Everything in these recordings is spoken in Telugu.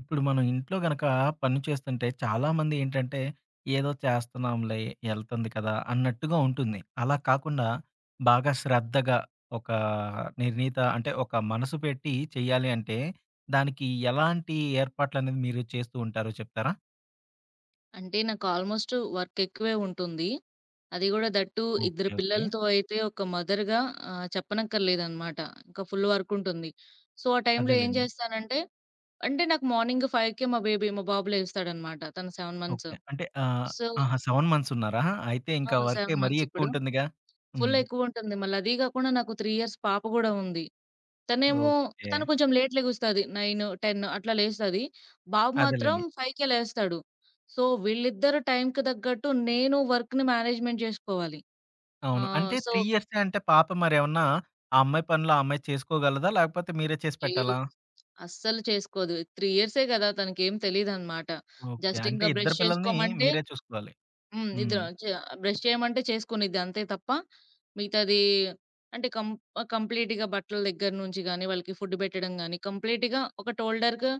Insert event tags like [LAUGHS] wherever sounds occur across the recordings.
ఇప్పుడు మనం ఇంట్లో గనక పని చేస్తుంటే చాలామంది ఏంటంటే, ఏదో చేస్తున్నాంలే ఎళ్తుంది కదా అన్నట్టుగా ఉంటుంది. అలా కాకుండా బాగా శ్రద్ధగా ఒక నిర్ణీత అంటే ఒక మనసు పెట్టి చేయాలి అంటే, దానికి ఎలాంటి ఏర్పాట్లనేది మీరు చేస్తూ ఉంటారో చెప్తారా? అంటే నాకు ఆల్‌మోస్ట్ వర్క్ ఎక్కువే ఉంటుంది. అది గూడా దట్టూ ఇద్దరు ఓకే, ఓకే. పిల్లలతో అయితే ఒక మదర్‌గా చెప్పనక్కర్లేదనమాట. ఇంకా ఫుల్ వర్క్ ఉంటుంది. సో, ఆ టైంలో ఏం అదేలెండి. చేస్తానంటే, అంటే నాకు మార్నింగ్ 5:00కే మా బాబు లేస్తాడనమాట. తను 7 మంత్స్. ఓకే. అంటే సో, ఆహా, 7 మంత్స్ ఉన్నారా? అయితే ఆ! ఇంకా వర్కే 7 మరీ మంత్స్ ఎక్కువ ఇప్పుడు. ఉంటుందిగా. ఫుల్ హ్మ్. ఎక్కువుంటుంది. మళ్ళీ అదీ గాకుండా నాకు 3 ఇయర్స్ పాప గూడా ఉంది. తనేమో ఓకే. తను కొంచెం లేట్ లెగుస్తది. 9, 10 అట్లా లేస్తది. బాబు అదేలెండి. మాత్రం 5కే లేస్తాడు. సో, వీళ్ళిద్దరు టైంకి తగ్గట్టు నేను వర్క్‌ని మేనేజ్‌మెంట్ జేసుకోవాలి. అవును. ఆహ్, అంటే సో 3 ఇయర్సే అంటే పాప మరేమన్నా ఆ అమ్మాయి పనులు ఆ అమ్మాయి చేసుకోగలదా? లేకపోతే మీరే చేసి లేదు. పెట్టాలా? అస్సలు చేసుకోదు. 3 ఇయర్సే గదా! తనకేం తెలీదనమాట. ఓకే. జస్ట్ అంటే ఇంక ఇద్దరు బ్రష్ పిల్లల్ని చేసుకోమంటే మీరే చూసుకోవాలి. హ్మ్. నిద్ర హ్మ్. చ బ్రష్ చేయమంటే చేసుకునిద్ది అంతే తప్ప, మిగతాది అంటే కంప్లీట్‌గా బట్టల దగ్గర నుంచి గాని, వాళ్ళకి ఫుడ్ పెట్టడం గాని, కంప్లీట్‌గా ఒక టోల్డర్‌గా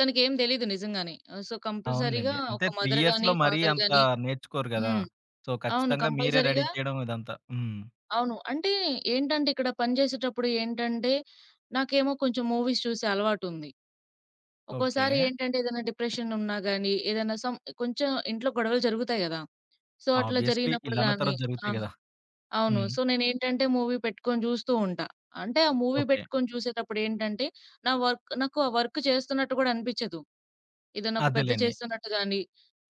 తనకేం తెలీదు నిజంగానే. సో, కంపల్సరీగా అవునులెండి. అంటే ఒక 3 మదర్ గాని, ఇయర్స్‌లో మరీ ఫాదర్ అంత గాని. నేర్చుకోరు గదా. హ్మ్. సో, అవును. ఖచ్చితంగా మీరే రెడీ కంపల్సరీగా. చేయడం ఇదంతా. హ్మ్. అవును. అంటే ఏంటంటే ఇక్కడ పనిచేసేటప్పుడు ఏంటంటే, నాకేమో కొంచెం మూవీస్ చూసే అలవాటుంది. ఓకే. ఒక్కోసారి ఏంటంటే ఏదైనా డిప్రెషన్ ఉన్నా గాని, ఏదైనా కొంచెం ఇంట్లో గొడవలు జరుగుతాయి గదా! సో, అట్లా ఆబ్వియస్‌లీ జరిగినప్పుడు ఇళ్ళన్న గాని. తర్వాత ఆ! జరుగుతాయి గదా. అవును. హ్మ్. సో, నేనేంటంటే మూవీ పెట్టుకొని జూస్తూ ఉంటా. అంటే ఆ మూవీ ఓకే. పెట్టుకొని చూసేటప్పుడేంటంటే, నా వర్క్ నాకు ఆ వర్క్ చేస్తున్నట్టు గూడా అనిపిచ్చదు. ఏదన్నా ఒక పెద్ద అదేలెండి. చేస్తున్నట్టు గాని,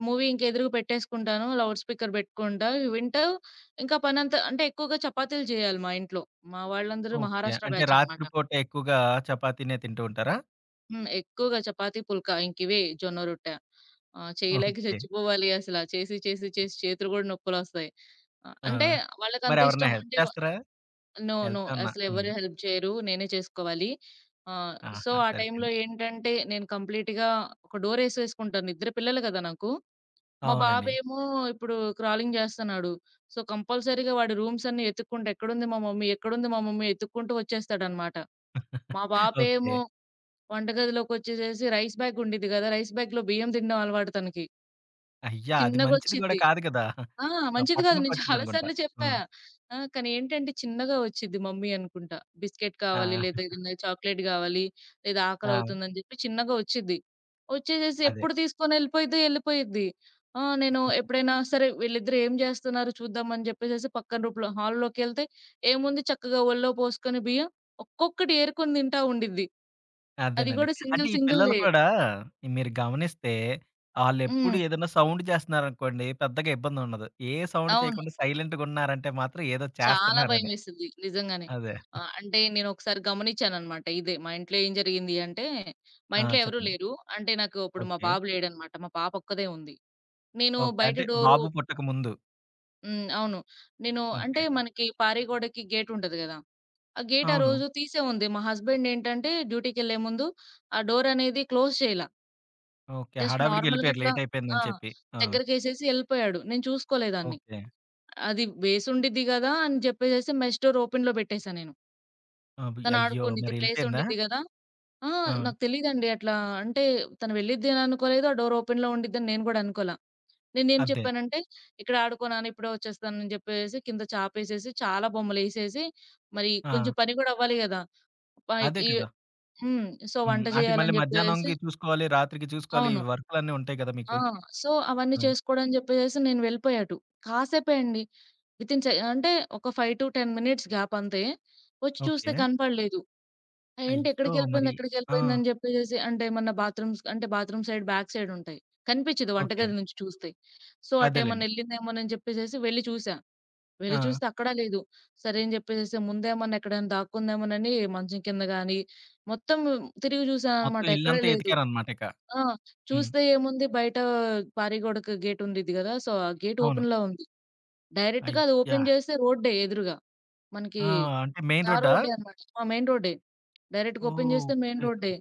మూవీ ఇంక ఎదురుగా పెట్టేసుకుంటాను. లౌడ్ స్పీకర్ బెట్టుకుంటా. ఇవి వింటూ ఇంకా పనంతా అంటే ఎక్కువగా చపాతీలు జేయాలి మా ఇంట్లో. మా వాళ్ళందరూ ఓకే. మహారాష్ట్ర అంటే బ్యాచ్ అనమాట. రాత్రి పూట ఎక్కువగా చపాతీనే తింటూ ఉంటారా? హ్మ్. ఎక్కువగా చపాతీ, పుల్కా ఇంకివే జొన్న రొట్టె. చేయలేక ఓకే. చచ్చిపోవాలి అసల. చేసి, చేసి, చేసి చేతులు గూడా నొప్పులొస్తాయి. ఆ, అంటే వాళ్ళకంత మరెవరన్నా ఇష్టం. హెల్ప్ అంటే చేస్తారా? నో. నో. హెల్ప్ ఏమన్నా హ్మ్. అసలెవరు హెల్ప్ చేయరు. నేనే చేసుకోవాలి. ఆహ్, సో, ఆహా, ఆ టైంలో సరిపోయింది. ఏంటంటే, నేను కంప్లీట్‌గా ఒక డోరేసేసుకుంటాను. ఇద్దరు పిల్లలు కదా నాకు. మా అవునండి. బాబేమో ఇప్పుడు క్రాలింగ్ జేస్తన్నాడు. సో, కంపల్సరీగా వాడి రూమ్స్ అన్నీ ఎతుక్కుంటూ ఎక్కడుంది మా మమ్మీ? ఎక్కడుంది మా మమ్మీ? ఎతుక్కుంటూ వచ్చేస్తాడనమాట. మా ఓకే. పాపేమో వంటగదిలోకొచ్చేసేసి రైస్ బ్యాగ్ ఉండిద్ది గదా! రైస్ బ్యాగ్‌లో బియ్యం తినడం అలవాటు తనకి. అయ్యా, అది మంచిది గూడా చిన్నగొచ్చిద్ది. కాదు కదా! ఆ! ఆ, మంచిది పొట్ట కాదు. నేను చాలా నొప్పొచ్చిద్దనుకుంటా. సార్లు చెప్పా. హ్మ్. ఆ! కానీ ఏంటంటే చిన్నగా వచ్చిద్ది మమ్మీ అనుకుంటా. బిస్కెట్ కావాలి, ఆ. లేదా ఏదన్నా చాక్లేట్ గావాలి, లేదా ఆ. ఆకలవుతుందని జెప్పి చిన్నగా వచ్చిద్ది. వచ్చేసేసి అదే. ఎప్పుడు తీసుకొనెళ్ళిపోయిద్దో ఎళ్ళిపోయిద్ది. ఆ! నేను ఎప్పుడైనా సరే వీళ్ళిద్దరు ఏం జేస్తున్నారు చూద్దాం అని జెప్పేసేసి పక్కన రూమ్‌లో హాల్‌లోకెళ్తే ఏముంది, చక్కగా ఒళ్ళో పోసుకొని బియ్యం ఒక్కొక్కటి ఏరుకొని తింటా ఉండిద్ది. అది అదేనండి. గూడా అంటే సింగిల్ ఈ పిల్లలు సింగిల్‌దే. కూడా మీరు గమనిస్తే ఆళ్ళెప్పుడు హ్మ్. ఏదైనా సౌండ్ చేస్తున్నారనుకోండి పెద్దగా ఇబ్బందుండదు. ఏ సౌండ్ అవును. చేయకుండా సైలెంట్‌గున్నారంటే మాత్రం ఏదో చాలా చేస్తున్నారని. భయమేసింది నిజంగానే. అదే. అంటే నేనొకసారి గమనించాననమాట ఇదే. మా ఇంట్లో ఏం జరిగింది అంటే, మా ఆ, ఇంట్లో ఎవరు చెప్పండి. లేరు. అంటే నాకు ఇప్పుడు మా ఓకే, బాబు లేడనమాట. మా పాప ఒక్కదే ఉంది. నేను ఓకే. బయట అంటే డోరు. బాబు పుట్టక ముందు. హ్మ్. అవును. నేను అంటే ఓకే. మనకి పారి గోడకి గేట్ ఉంటది గదా! ఆ గేట్ ఆ అవును. రోజు తీసే ఉంది. మా హస్బెండ్ ఏంటంటే డ్యూటీకెళ్ళే ముందు ఆ డోర్ అనేది క్లోజ్ చేయలా. ఓకే. జస్ట్ నార్మల్‌గా హడావిడిగెళ్ళిపోయారు అట్లా. లేట్ ఆ! అయిపోయిందని చెప్పి. ఆ. దగ్గరకేసేసి ఎళ్ళిపోయాడు. నేను చూసుకోలేదాన్ని. ఓకే. అది వేసుండిద్ది గదా! అని జెప్పేసేసి మెష్ డోర్ ఓపెన్‌లో పెట్టేసా నేను. అబ్ తను అయ్యో, ఆడుకోనిద్ది. ప్లేస్ మరెళ్ళిపోయిందా? ఉండిద్ది గదా! ఆ! ఆ. నాకు తెలీదండి అట్లా. అంటే తను వెళ్ళిద్దని అనుకోలేదు. ఆ డోర్ ఓపెన్‌లో ఉండిద్దని నేను గూడా అనుకోలా. నేనేం అదే. చెప్పానంటే, "ఇక్కడ ఆడుకో నాన్న ఇప్పుడే వచ్చేస్తానని" జెప్పేసేసి కింద చాపేసేసి చాలా బొమ్మలేసేసి, మరి ఆ, కొంచెం పని గూడా అవ్వాలి గదా! అదే పైకి ఈ కదా. హ్మ్. సో, హ్మ్. వంట అంటే మళ్ళీ జేయాలని జెప్పేసేసి మధ్యాహ్నంకి చూసుకోవాలి, రాత్రికి చూసుకోవాలి. ఈ అవును. వర్కులన్నీ ఉంటాయి కదా ఆ! మీకు. సో, అవన్నీ ఆ. చేసుకోవడం జెప్పేసేసి నేను వెళ్ళిపోయా అటు. కాసేపే అండి. వితిన్ సె అంటే ఒక 5-10 మినిట్స్ గ్యాప్ అంతే. వచ్చి చూస్తే ఓకే. కనపడలేదు. ఏంటి అయ్యో, ఎక్కడికెళ్ళిపోయింది, మరి ఆ, ఎక్కడికెళ్ళిపోయిందని జెప్పేసేసి అంటే ఏమన్నా బాత్రూమ్స్ అంటే బాత్రూమ్ సైడ్ బ్యాక్ సైడ్ ఉంటాయి. కనిపిచ్చదు ఓకే. వంటగది నుంచి చూస్తే. సో, అటేమన్నా అదేలెండి. ఎళ్ళిందేమోనని జెప్పేసేసి వెళ్లి చూసా. వెళ్లి ఆ, చూస్తే అక్కడా లేదు. సరే అని జెప్పేసేసి ముందేమన్నా ఎక్కడైనా దాక్కుందేమోనని మంచం కింద గాని, మొత్తం తిరిగి మొత్తం జూసాననమాట. ఎక్కడ ఇల్లంతా లేదు. ఎతికారనమాట ఇక. ఆ! హ్మ్. చూస్తే ఏముంది బయట పారిగోడకి గేట్ ఉండిద్ది గదా! సో, ఆ గేట్ అవును. ఓపెన్‌లో ఉంది. డైరెక్ట్‌గా అది అయ్యా. ఓపెన్ జేస్తే రోడ్డే ఎదురుగా. మనకి ఆ, అంటే మెయిన్ ఆ రోడ్డా? రోడ్డే అన్నమాట. ఆ! మెయిన్ రోడ్డే. డైరెక్ట్‌గా ఓ, ఓపెన్ చేస్తే మెయిన్ ఓకే, ఓకే. రోడ్డే.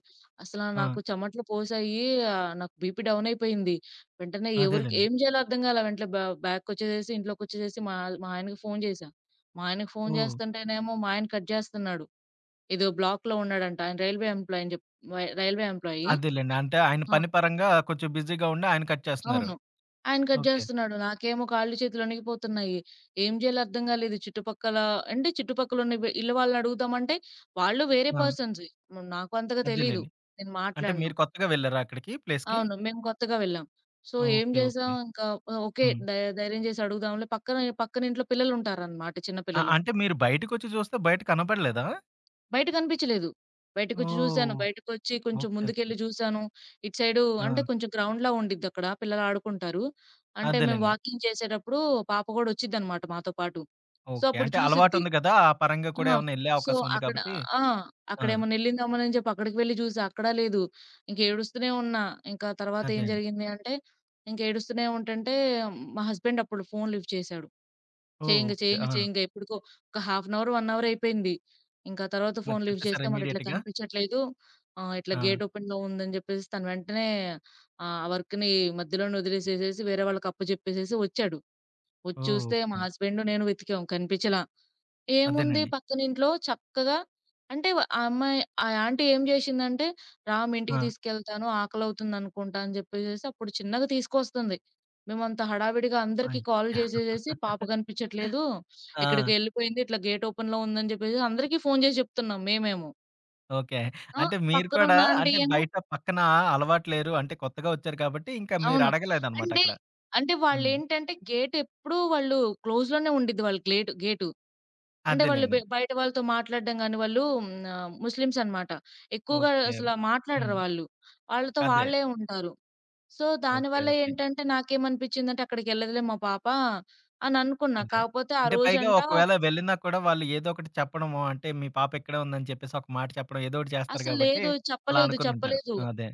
అసల ఆ. నాకు చెమటలు పోసాయి. నాకు బీపీ డౌన్ అయిపోయింది. వెంటనే ఎవరికి అదేలెండి. ఏం చేయాలో అర్థం కాలే. వెంటనే బ్యాక్‌కొచ్చేసేసి, ఇంట్లోకొచ్చేసేసి మా మా ఆయనకి ఫోను చేశా. మా ఆయనకి ఫోను ఓహ్, చేస్తుంటేనేమో మా ఆయన కట్ చేస్తున్నాడు. ఏదో బ్లాక్‌లో ఉన్నాడంట. ఆయన రైల్వే ఎంప్లాయీ అని జెప్ వై రైల్వే ఎంప్లాయీ. అదేలెండి. అంటే ఆయన ఆ! పని పరంగా కొంచెం బిజీగా ఉండి ఆయన కట్ చేస్తున్నారు. అవును. ఆయన కట్ ఓకే. జేస్తున్నాడు. నాకేమో కాళ్ళు, చేతులు వణికిపోతున్నాయి. ఏం జేయాలో అర్థం గాలేదు. చుట్టుపక్కల అంటే చుట్టుపక్కలున్న వె ఇళ్ళ వాళ్ళనడుగుదామంటే, వాళ్ళు వేరే ఆ. పర్సన్సే. హ్మ్. నాకు అంతగా తెలీదు. అదేలెండి. నేను అంటే మాట్లాడను. మీరు కొత్తగా వెళ్లారా అక్కడికి ప్లేస్‌కి? అవును. మేము కొత్తగా వెళ్ళాం. సో, ఏం ఓకే, జేసాం ఓకే. ఇంకా ఓకే. హ్మ్. ధైర్యం జేసి అడుగుదాంలే. పక్కనింట్లో పిల్లలుంటారనమాట. చిన్న ఆ, పిల్లలు. అంటే మీరు బయటకొచ్చి చూస్తే బయట కనపడలేదా? బయట కనిపించలేదు. బయటకొచ్చి చూసాను. ఓహ్, బయటకొచ్చి కొంచెం ఓకే, ఓకే. ముందుకెళ్ళి చూసాను. ఇటు సైడు ఆ. అంటే కొంచెం గ్రౌండ్‌లా ఉండిద్దక్కడ. పిల్లలు ఆడుకుంటారు. అంటే మేము అదేలెండి. వాకింగ్ చేసేటప్పుడు పాప గూడా ఒచ్చిద్దనమాట మాతో పాటు. So, okay. అప్పుడు అంటే చూసిద్ది. అలవాటుంది గదా, ఆ పరంగా కూడా ఆ! ఏమన్నా ఎళ్ళే సో, అవకాశం ఉంది అక్కడ. కాబట్టి ఆ! ఆ, అక్కడేమన్నా ఎళ్ళిందమ్మనని చెప్పి అక్కడికి వెళ్లి చూసా. అక్కడ లేదు. ఇంక ఏడుస్తూనే ఉన్నా. ఇంకా తర్వాత అదే ఏం అండి. జరిగింది అంటే, ఇంక ఏడుస్తూనే ఉంటంటే మా హస్బెండ్ అప్పుడు ఫోన్ లిఫ్ట్ చేశాడు. ఓహ్, చేయంగా, ఓకే. చేయంగా, ఆ, చేయంగా ఎప్పటికో ఒక హాఫ్ అన్ అవర్, 1 అవర్ అయిపోయింది. ఇంకా తర్వాత మరి ఫోన్ లిఫ్ట్ చెప్పేసారా చేస్తే మరిట్లా ఇమ్మీడియేట్‌గా? కనిపించట్లేదు. ఇట్లా ఆ. గేట్ ఓపెన్‌లో ఉందని జెప్పేసి తను వెంటనే ఆ వర్క్‌ని మధ్యలోనే వదిలేసేసేసి వేరే వాళ్ళకి అప్పజెప్పేసేసి వచ్చాడు. వచ్చి ఓహ్, చూస్తే మా ఓకే. హస్బెండ్ నేను వెతికాం, కనిపించలా. ఏముంది, అదేనండి. పక్కనింట్లో చక్కగా అంటే ఆ అమ్మాయి, ఆ యాంటీ ఏం జేషిందంటే, "రా మీ ఇంటికి ఆ. తీసుకెళ్తాను ఆకలవుతుందనుకుంటా" అని జెప్పేసేసి అప్పుడు చిన్నగా తీసుకొస్తుంది. మేమంత హడావిడిగా అందరికీ కాల్ అయ్యా. జేసేసేసి "పాప కనిపించట్లేదు, ఆ. ఎక్కడికెళ్ళిపోయింది, ఇట్లా గేట్ ఓపెన్‌లో ఉందని" జెప్పేసి అందరికీ ఫోను జేసి జెప్తున్నాం మేమేమో. ఓకే. ఆ! అంటే మీరు కూడా పక్కనున్న ఆంటీ అంటే ఏమో. బయట పక్కన అలవాటు లేరు. అంటే కొత్తగా వచ్చారు కాబట్టి ఇంకా మీరు అవును. అడగలేదనమాట అంటే, అక్కడ. అంటే హ్మ్. వాళ్ళేంటంటే గేట్ ఎప్పుడూ వాళ్ళు క్లోజ్‌లోనే ఉండిద్ది వాళ్ళకి లేటు గేటు. అంటే వాళ్ళు అదేలెండి. బయట వాళ్ళతో మాట్లాడడం గాని వాళ్ళు హ్మ్. ముస్లిమ్స్ అన్నమాట. ఎక్కువగా ఓకే. అసల మాట్లాడరు హ్మ్. వాళ్ళు. వాళ్ళతో అదే. వాళ్ళే ఉంటారు. సో, ఓకే, దానివల్ల ఓకే. ఏంటంటే నాకేమనిపించిందంటే అక్కడికెళ్ళదులే మా పాప అని అనుకున్నా. అదే. కాకపోతే ఆ అంటే పైగా రోజంట ఒకవేళ వెళ్ళినా కూడా వాళ్ళు ఏదో ఒకటి చెప్పడము, అంటే మీ పాప ఇక్కడే ఉందని చెప్పేసి ఒక మాట చెప్పడం ఏదో ఒకటి చేస్తారు అసలు కాబట్టి లేదు. అలా చెప్పలేదు. అనుకునుంటారు. చెప్పలేదు. అదే.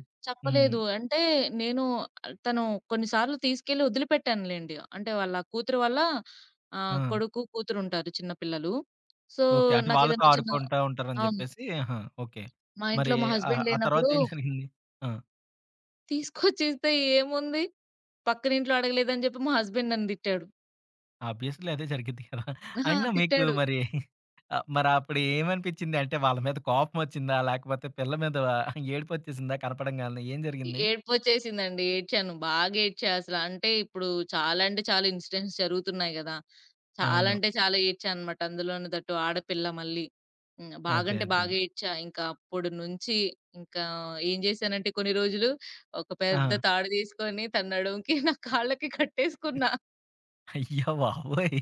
హ్మ్. చెప్పలేదు. అంటే నేను. ఆ, తను కొన్ని సార్లు తీసుకెళ్ళి వదిలిపెట్టానులెండి. అంటే వాళ్ళ కూతురు వాళ్ళ ఆ, కొడుకు, కూతురుంటారు చిన్న పిల్లలు. So, okay. అంటే వాళ్ళతో నాకేదైనా చిన్న. ఆడుకుంటా ఉంటారని అవును. చెప్పేసి ఆహా, ఓకే. మా మరి ఇంట్లో మా ఆ హస్బెండ్ ఆ తర్వాత లేనప్పుడు ఏం జరిగింది? ఆ. తీసుకొచ్చిస్తే ఏముంది? పక్కనింట్లో అడగలేదని జెప్పి మా హస్బెండ్ నన్ను తిట్టాడు. ఆబ్వియస్లీ అదే జరిగిద్ది కదా. అహా! అయినా మీకు తిట్టాడు. మరి మరి అప్పుడు ఏమనిపించింది? అంటే వాళ్ళ మీద కోపమొచ్చిందా? లేకపోతే పిల్ల మీద ఏడుపొచ్చేసిందా కనపడంగాల్నే? ఏం జరిగింది? ఏడుపొచ్చేసిందండి. ఏడ్చాను. బాగా ఏడ్చా అసల. అంటే ఇప్పుడు చాలా అంటే చాలా ఇన్సిడెంట్స్ జరుగుతున్నాయి గదా! చాలా అవును. అంటే చాలా ఏడ్చాననమాట. అందులోను దట్టు ఆడపిల్ల మళ్ళీ. హ్మ్. అదే, బాగంటే అదే. బాగా ఏడ్చా. ఇంకా అప్పుడు నుంచి ఇంకా ఏం జేశానంటే కొన్ని రోజులు ఒక పెద్ద ఆ, తాడు తీసుకొని తన నడుముకి, నా కాళ్ళకి కట్టేసుకున్నా. అయ్య బాబోయ్!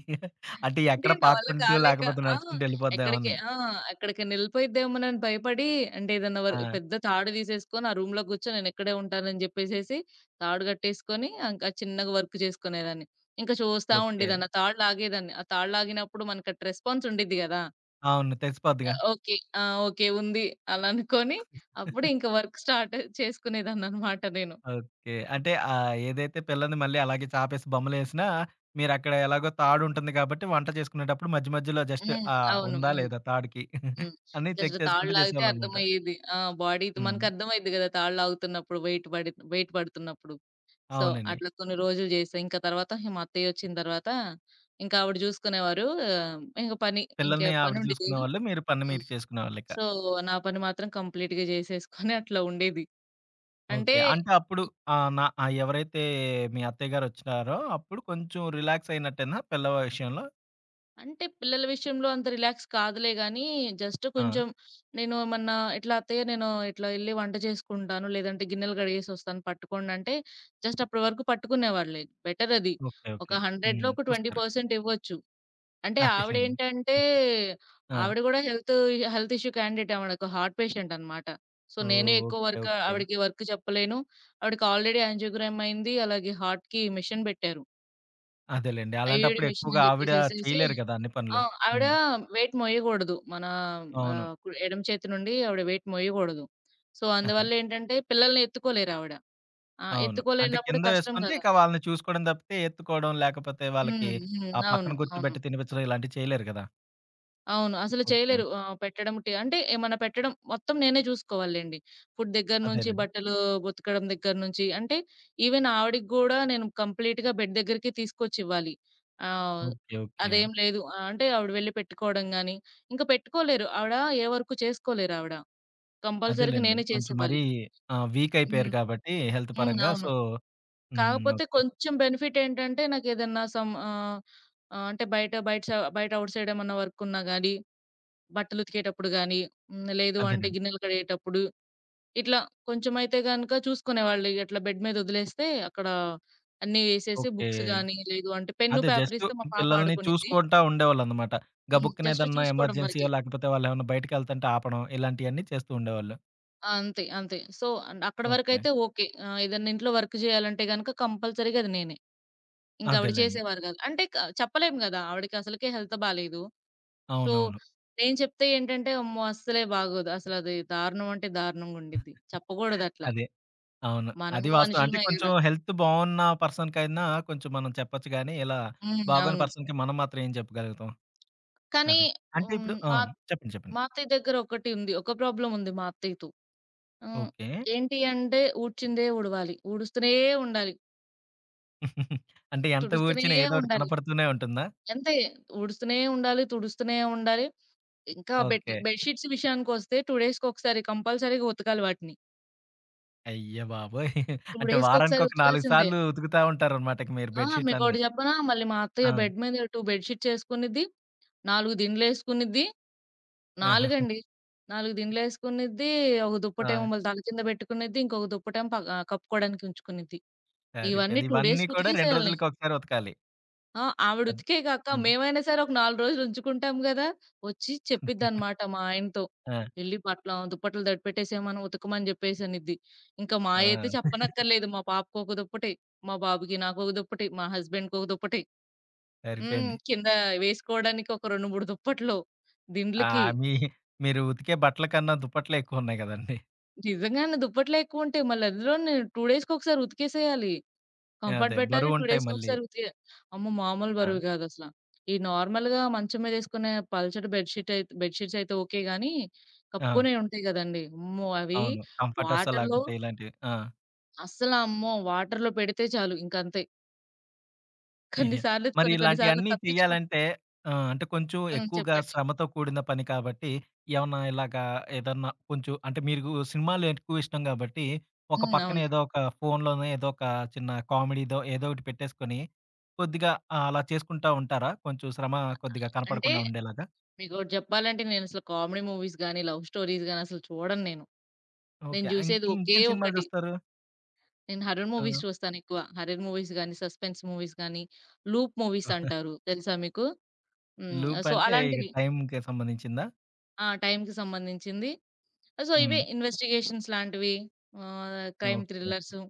అంటే అంటే ఎక్కడ నా వల్ల పాక్కుంటూ కాలేక. లేకపోతే ఆ! నడుచుకుంటూ వెళ్ళిపోద్దేమో ఎక్కడికి? అని. ఆ! అక్కడికి నిలిపోయిద్దేమోనని భయపడి అంటే ఏదన్నా ఆ. పెద్ద తాడు తీసేసుకొని ఆ రూమ్‌లో కూర్చొని నేను ఇక్కడే ఉంటానని చెప్పేసేసి తాడు కట్టేసుకొని ఇంకా చిన్నగా వర్క్ చేసుకునేదాన్ని. ఇంకా చూస్తా ఓకే. ఉండేదాన్ని. ఆ తాడు లాగేదాన్ని. ఆ తాడు లాగినప్పుడు మనకి అటు రెస్పాన్స్ ఉండిద్ది కదా! అవును, తెచ్చిపోద్దిగా. ఓకే. ఆ! ఓకే. ఉంది. అలా అనుకోని అప్పుడు ఇంకా వర్క్ స్టార్ట్ చేసుకునేదాన్ననమాట నేను. ఓకే. అంటే ఏదైతే పిల్లని మళ్ళీ అలాగే చాపేసి బొమ్మలేసినా, మీరక్కడ ఎలాగో తాడుంటుంది కాబట్టి వంట చేసుకునేటప్పుడు మధ్య మధ్యలో జస్ట్ హ్మ్. ఆ, అవును. ఉందా అవును. లేదా తాడుకి హ్మ్. అని జస్ట్ చెక్ తాళ్ళు చేసుకుంటూ లాగితే చేసేవాళ్ళనమాట. అర్థమయ్యేది. ఆ! బాడీ హ్మ్. మనకర్థమైద్ది గదా! తాళ్ళు లాగుతున్నప్పుడు వెయిట్ పడుతున్నప్పుడు. సో, అవునండి. అట్లా కొన్ని రోజులు జేశా. ఇంకా తర్వాత ఇగ మా అత్తయ్యొచ్చిన తర్వాత ఇంకా ఆవిడ జూసుకునేవారు. ఇంక పని ఇంక పిల్లల్ని ఆవిడ పనుండేది గదా! చూసుకునేవాళ్ళు. మీరు పని హ్మ్. మీరు చేసుకునేవాళ్ళిక. సో, నా పని మాత్రం కంప్లీట్‌గా జేసేసుకొని అట్లా ఉండేది. అంటే. ఓకే. అంటే అప్పుడు ఆహ్, నా ఎవరైతే మీ అత్తయ్య గారొచ్చినారో అప్పుడు కొంచెం రిలాక్స్ అయినట్టేనా పిల్లల విషయంలో? అంటే పిల్లల విషయంలో అంత రిలాక్స్ కాదులే గానీ, జస్ట్ ఆ. కొంచెం నేను ఏమన్నా ఇట్లా అత్తయ్య నేను ఇట్లా ఎళ్లి వంట చేసుకుంటాను. లేదంటే గిన్నెలు కడిగేసొస్తాను పట్టుకోండంటే, జస్ట్ అప్పటి వరకు పట్టుకునేవాళ్ళే. బెటర్ అది. ఓకే, ఒక ఓకే. 100లో హ్మ్. ఒక చూస్తారు. 20% ఇవ్వచ్చు. అంటే అదేలెండి. ఆవిడేంటంటే, ఆ. ఆవిడ గూడా హెల్త్ హెల్త్ ఇష్యూ క్యాండిడేట్ ఆవిడొక హార్ట్ పేషెంట్ అనమాట. సో, నేనే ఓహ్, ఎక్కువ ఓకే, ఓకే. వర్క్ చెప్పలేను. ఆవిడకి ఆల్రెడీ యాంజియోగ్రామ్ అయింది. అలాగే హార్ట్‌కి మెషిన్ బెట్టారు. అదేలెండి. ఐఈడీ అలాంటప్పుడు మెషిన్ ఎక్కువగా అని ఆవిడ జెప్పేసేసేసి. చేయలేరు కదా, అన్ని ఆ! పనులు. ఆవిడ హ్మ్. వెయిట్ మోయగూడదు. మన అవును. కుడి ఎడమ చేతి నుండి ఆవిడ వెయిట్ మోయగూడదు. సో, అదే. అందువల్ల ఏంటంటే పిల్లల్ని ఎత్తుకోలేరావిడ. ఆ! అవును. అంటే ఎత్తుకోలేనప్పుడు కింద కష్టం వేస్తుంటే గదా! ఇక వాళ్ళని చూసుకోవడం తప్పితే ఎత్తుకోవడం, లేకపోతే వాళ్ళకి హ్మ్. హ్మ్. ఆ పక్కన అవును. అవును. కూర్చోబెట్టి తినిపించడం ఇలాంటివి చేయలేరు కదా. అవును. అసలు ఓకే. చేయలేరు. ఆహ్, పెట్టడం టి అంటే ఏమన్నా పెట్టడం మొత్తం నేనే చూసుకోవాలెండి. ఫుడ్ దగ్గర నుంచి, అదేలెండి. బట్టలు ఉతకడం దగ్గర నుంచి అంటే ఈవెన్ ఆవిడకి గూడా నేను కంప్లీట్‌గా బెడ్ దగ్గరికి తీసుకొచ్చివ్వాలి. ఆహ్, ఓకే, ఓకే. అదేం లేదు. అంటే ఆవిడ వెళ్లి పెట్టుకోవడం గాని, ఇంకా పెట్టుకోలేరు. ఆవిడ ఏ వర్కు చేసుకోలేరావిడ. కంపల్సరీగా అదేలెండి. నేనే కొంచెం మరీ చేసేవ్వాలి. ఆ, వీక్ అయిపోయారు హ్మ్. కాబట్టి హెల్త్ హ్మ్. పరంగా. అవును. సో హ్మ్. కాకపోతే ఓకే. కొంచెం బెనిఫిట్ ఏంటంటే నాకేదన్నా అంటే బయట బయట స బయట ఔట్ సైడ్ ఏమన్నా వర్క్ ఉన్నా గానీ, బట్టలు ఉతికేటప్పుడు గానీ, హ్మ్, లేదు అంటే అదేనండి. గిన్నెలు కడిగేటప్పుడు ఇట్లా కొంచెమైతే గనక చూసుకునేవాళ్ళు. ఇట్లా బెడ్ మీద వదిలేస్తే అక్కడ అన్నీ వేసేసి ఓకే. బుక్స్ గానీ, లేదు అంటే పెన్ను, అదే పేపర్ జస్ట్ ఇస్తే మా పాప పిల్లల్ని ఆడుకునిద్ది. చూసుకుంటా ఉండేవాళ్ళన్నమాట. హ్మ్. గబుక్కన జస్ట్ ఏదన్నా చూసుకోవడం ఎమర్జెన్సీయో వరకే. లేకపోతే వాళ్ళేమన్నా బయటికెళ్తుంటే ఆపడం ఇలాంటియన్నీ చేస్తూ ఉండేవాళ్ళు. ఆ! అంతే. అంతే. సో, అక్కడి ఓకే. వరకైతే ఓకే. ఏదన్నా ఇంట్లో వర్క్ జేయాలంటే గనక కంపల్సరీగా అది నేనే. ఇంక ఆవిడ అదేలెండి. చేసేవారు కాదు. అంటే చెప్పలేం గదా! ఆవిడకి అసలకే హెల్త్ బాలేదు. సో, అవునవును. నేను చెప్తే ఏంటంటే, అమ్మో! అస్సలే బాగోదు. అసలది దారుణం అంటే దారుణంగా ఉండిద్ది. చెప్పకూడదట్లా. అదే. అవును. మనము అది వాస్తవం. అంటే మనుషులమే కొంచెం గదా! హెల్త్ బావున్న పర్సన్‌కైనా కొంచెం మనం చెప్పొచ్చు గానీ, ఇలా హ్మ్. బాగోని అవును. పర్సన్‌కి మనం మాత్రం ఏం చెప్పగలుగుతాం. కానీ. అదే. అంటే ఇప్పుడు హ్మ్. ఆ, మా చెప్పండి, చెప్పండి. మా అత్తయ్య దగ్గర ఒకటి ఉంది. ఒక ప్రాబ్లమ్ ఉంది మా అత్తయ్యతో. హ్మ్. ఓకే. ఏంటి అంటే ఊడ్చిందే ఊడవాలి. ఊడుస్తూనే ఉండాలి. [LAUGHS] అంటే ఎంత ఊడ్చినా తుడుస్తూనే ఏదో ఒకటి ఉండాలి. కనపడుతూనే ఉంటుందా? అంతే. ఊడుస్తూనే ఉండాలి. తుడుస్తూనే ఉండాలి. ఇంకా ఓకే. బెడ్‌షీట్స్ విషయానికొస్తే 2 డేస్‌కొకసారి కంపల్సరీగా ఉతకాలి వాటిని. అయ్య బాబోయ్! 2 అంటే డేస్‌కొకసారి వారానికొక 4 వచ్చేసింది. సార్లు ఉతుకుతా ఉంటారన్నమాట ఇక మీరు ఆ! బెడ్ షీట్‌లన్నీ. మీకోటి చెప్పనా? మళ్ళీ మా ఆ. అత్తయ్య బెడ్ మీద 2 బెడ్ షీట్స్ ఏసుకునిద్ది, 4 దిండ్లేసుకునిద్ది. ఆహా. 4 4 దిండ్లేసుకునిద్ది, ఒక దుప్పటేమో ఆ, మళ్ళీ తల కింద పెట్టుకునిద్ది, ఇంకొక దుప్పటేమో కప్పుకోవడానికి ఉంచుకునిద్ది. ఇవన్నీ సరిపోయింది. 2 ఇవన్నీ డేస్‌కి కూడా 2 ఉతికేసేయాలి. రోజులకి ఒకసారి ఉతకాలి. ఆ! ఆవిడ అద్ ఉతికే గాక హ్మ్. మేమైనా సరే ఒక 4 రోజులు ఉంచుకుంటాం గదా! వచ్చి చెప్పిద్దనమాట మా ఆయనతో. ఆ. "ఎళ్లి పట్ల దుప్పట్లు తడిపెట్టేసేయమను, ఉతకమని" జెప్పేసనిద్ది. ఇంకా మాయైతే ఆ, చెప్పనక్కర్లేదు. మా పాపకు ఒక దుప్పటి, మా బాబుకి, నాకొక దుప్పటి, మా హస్బెండ్‌కి ఒక దుప్పటి. హ్మ్. సరిపోయింది. కింద వేసుకోవడానికి ఒక 2, 3 దుప్పట్లు, ఆ, దిండ్లుకి. మీ మీరు ఉతికే బట్టల కన్నా దుప్పట్లే ఎక్కువున్నాయి గదండీ! నిజంగానే దుప్పట్లే ఎక్కువుంటాయి. మళ్ళీ అందులోనే 2 డేస్‌కొకసారి ఉతికేసేయాలి. కంఫర్ట్ అదే బెట్టాలి. 2 బరువుంటాయి మళ్ళీ. డేస్‌కొకసారి ఉతికే అమ్మో! మామూలు ఆ. బరువు గాదసల. ఈ నార్మల్‌గా మంచం మీదేసుకునే పల్చటి బెడ్ షీట్స్ అయితే ఓకే గానీ, ఆ, కప్పుకునేయి ఉంటాయి గదండీ! అమ్మో! అవి అవును. కంఫర్టర్సో వాటర్‌లో లేకపోతే ఇలాంటివి. ఆ. అస్సల అమ్మో! వాటర్‌లో పెడితే చాలు ఇంకంతే. అయ్యో, మరి కొన్ని సార్లు ఇలాంటియన్నీ తప్పించుకుం. చెయ్యాలంటే అంటే కొంచెం హ్మ్. ఎక్కువగా చెప్పండి. శ్రమతో కూడిన పని కాబట్టి, ఏమన్నా ఇలాగా ఏదన్నా కొంచెం అంటే మీకు సినిమాలు ఎక్కువ ఇష్టం గాబట్టి, ఒక హ్మ్. పక్కన అవును. ఏదో ఒక ఫోన్‌లోనే ఏదో ఒక చిన్న కామెడీదో ఏదో ఒకటి పెట్టేసుకొని, కొద్దిగా అలా చేసుకుంటా ఉంటారా? కొంచెం శ్రమ కొద్దిగా అంటే కనపడకుండా ఉండేలాగా? మీకోటి జెప్పాలంటే నేనసలు కామెడీ మూవీస్ గాని, లవ్ స్టోరీస్ గాని అసలు చూడను నేను. నేను ఓకే. ఇంక జూసేది ఒకే ఇంకేం సినిమాలు ఒకటి. చూస్తారు? నేను హారర్ ఆ, మూవీస్ చూస్తానెక్కువ. హారర్ మూవీస్ గానీ, సస్పెన్స్ మూవీస్ గానీ, లూప్ మూవీస్ అంటారు. తెలుసా మీకు? హ్మ్. లూప్ సో, అంటే ఇక అలాంటివి. టైమ్‌కి సంబంధించిందా? ఆ! టైమ్‌కి సంబంధించింది. సో, ఇవే హ్మ్. ఇన్వెస్టిగేషన్స్ లాంటివి, క్రైమ్ ఓకే. థ్రిల్లర్సు.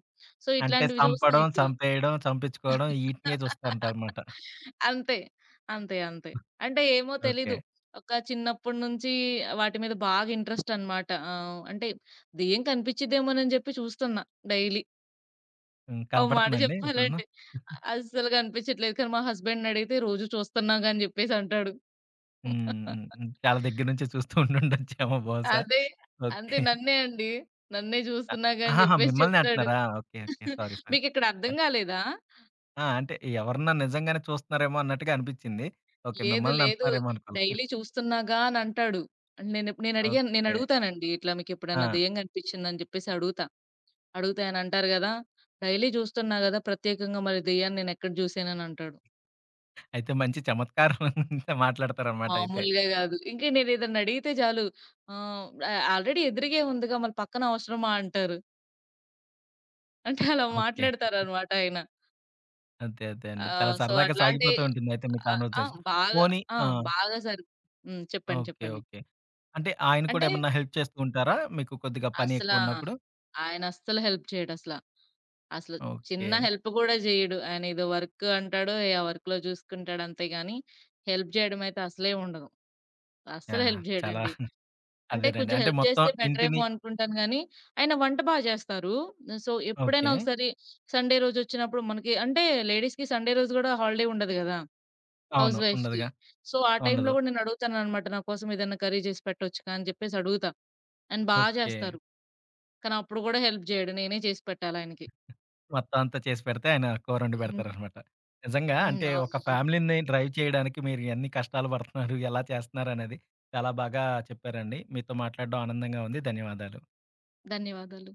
సో, అంటే ఇట్లాంటివి చూస్తా చంపడం, ఎక్కువ. చంపేయడం, చంపించుకోవడం ఈటినే చూస్తారనమాట. అంతే. అంతే. అంతే. అంటే ఏమో ఓకే. తెలీదు. ఒక చిన్నప్పటి నుంచి వాటి మీద బాగా ఇంట్రెస్ట్ అన్నమాట. అంటే దెయ్యం కనిపిచ్చిద్దేమోనని చెప్పి చూస్తున్నా డైలీ. హ్మ్. ఓ మాట కనపడుతుందండి ఇప్పుడున్న? చెప్పాలంటే అస్సలు కనిపించట్లేదు. కానీ మా హస్బెండ్‌ని అడిగితే రోజు చూస్తున్నాగా అని చెప్పేసి అంటాడు. హ్మ్. హ్మ్. హ్మ్. చాలా దగ్గర నుంచి చూస్తూ ఉండుండొచ్చేమో బహుశా. అదే. అంతే ఓకే. నన్నే అండి. నన్నే అ చూస్తున్నాగా అని ఆహాహా, చెప్పేసి మిమ్మల్నే చెప్తాడు. అంటున్నారా? Okay, okay. Sorry, sorry. "మీకిక్కడ అర్థం యాహ్! కాలేదా?" ఆ, అంటే ఎవరన్నా నిజంగానే చూస్తున్నారేమో అన్నట్టుగా అనిపిచ్చింది. ఓకే. "లేదు మిమ్మల్ని లేదు. అంటున్నారేమో అనుకోలా. డైలీ చూస్తున్నాగా" అని అంటాడు. నేనెప్ నేను అడిగాను నేను ఓకే. అడుగుతానండి. "ఇట్లా ఆ, మీకెప్పుడన్నా దెయ్యం కనిపించిందా?" అని చెప్పేసి అడుగుతా. అడిగితే ఆయన అంటారు గదా! "డైలీ చూస్తున్నా గదా! ప్రత్యేకంగా మరి దెయ్యాన్ని నేనెక్కడ చూసాను" అని అంటాడు. అయితే మంచి చమత్కారం మాట్లాడతారనమాట అయితే. మామూలుగా గాదు. ఇంకా నేనేదన్నా అడిగితే చాలు ఆహ్, ఆ ఆల్రెడీ ఎదురుగే ఉందిగా మళ్ళీ పక్కన అవసరమా అంటారు. అంటే అలా ఓకే. మాట్లాడతారనమాట ఆయన. అదే, అదే అండి. చాలా సో, సరదాగా అట్లాంటి. సాగిపోతూ ఉంటుంది అయితే మీ ఆ! ఆ! కాన్వర్సేషన్. బాగా. పోనీ ఆ! ఆ, బాగా సరి హ్మ్. చెప్పండి. ఓకే, చెప్పండి. ఓకే. అంటే ఆయన కూడా అంటే ఏమన్నా హెల్ప్ చేస్తూ ఉంటారా? మీకు కొద్దిగా పని అసలా ఎక్కువున్నప్పుడు? ఆయన అస్సలు హెల్ప్ చేయడసల. అసలు అసలు ఓకే. చిన్న హెల్ప్ గూడా జేయడు. ఆయన ఏదో వర్క్ అంటాడు. ఆ వర్క్‌లో జూసుకుంటాడు అంతే గాని, హెల్ప్ జేయడం అయితే అసలే ఉండదు. అస్సలు యాహ్, హెల్ప్ చాలా జేయడండి. అంటే అదేనండి. కొంచెం అంటే హెల్ప్ మొత్తం చేస్తే ఇంటిని బెటరేమో అనుకుంటాను గానీ, ఆయన వంట బా జేస్తారు. సో, ఎప్పుడైనా ఓకే. ఒకసారి సండే రోజొచ్చినప్పుడు మనకి అంటే లేడీస్‌కి సండే రోజు గూడా హాలిడే ఉండదు గదా! అవును, హౌస్ వైఫ్‌కి. ఉండదుగా. సో, ఆ టైంలో ఉండదు. గూడా నేనడుగుతాననమాట. నా కోసం ఏదన్నా కర్రీ జేసి పెట్టొచ్చుగా అని జెప్పేసి అడుగుతా. ఆయన బా ఓకే. జేస్తారు. కానీ అప్పుడు గూడా హెల్ప్ జేయడు. నేనే చేసి పెట్టాలాయనకి. మొత్తం అంతా చేసి పెడితే ఆయన కూరొండి హ్మ్. పెడతారనమాట. నిజంగా హ్మ్. అంటే అవును. ఒక అవును. ఫ్యామిలీని డ్రైవ్ చేయడానికి మీరు ఎన్ని కష్టాలు పడుతున్నారు, ఎలా చేస్తున్నారనేది చాలా బాగా చెప్పారండి. మీతో మాట్లాడడం ఆనందంగా ఉంది. ధన్యవాదాలు. ధన్యవాదాలు.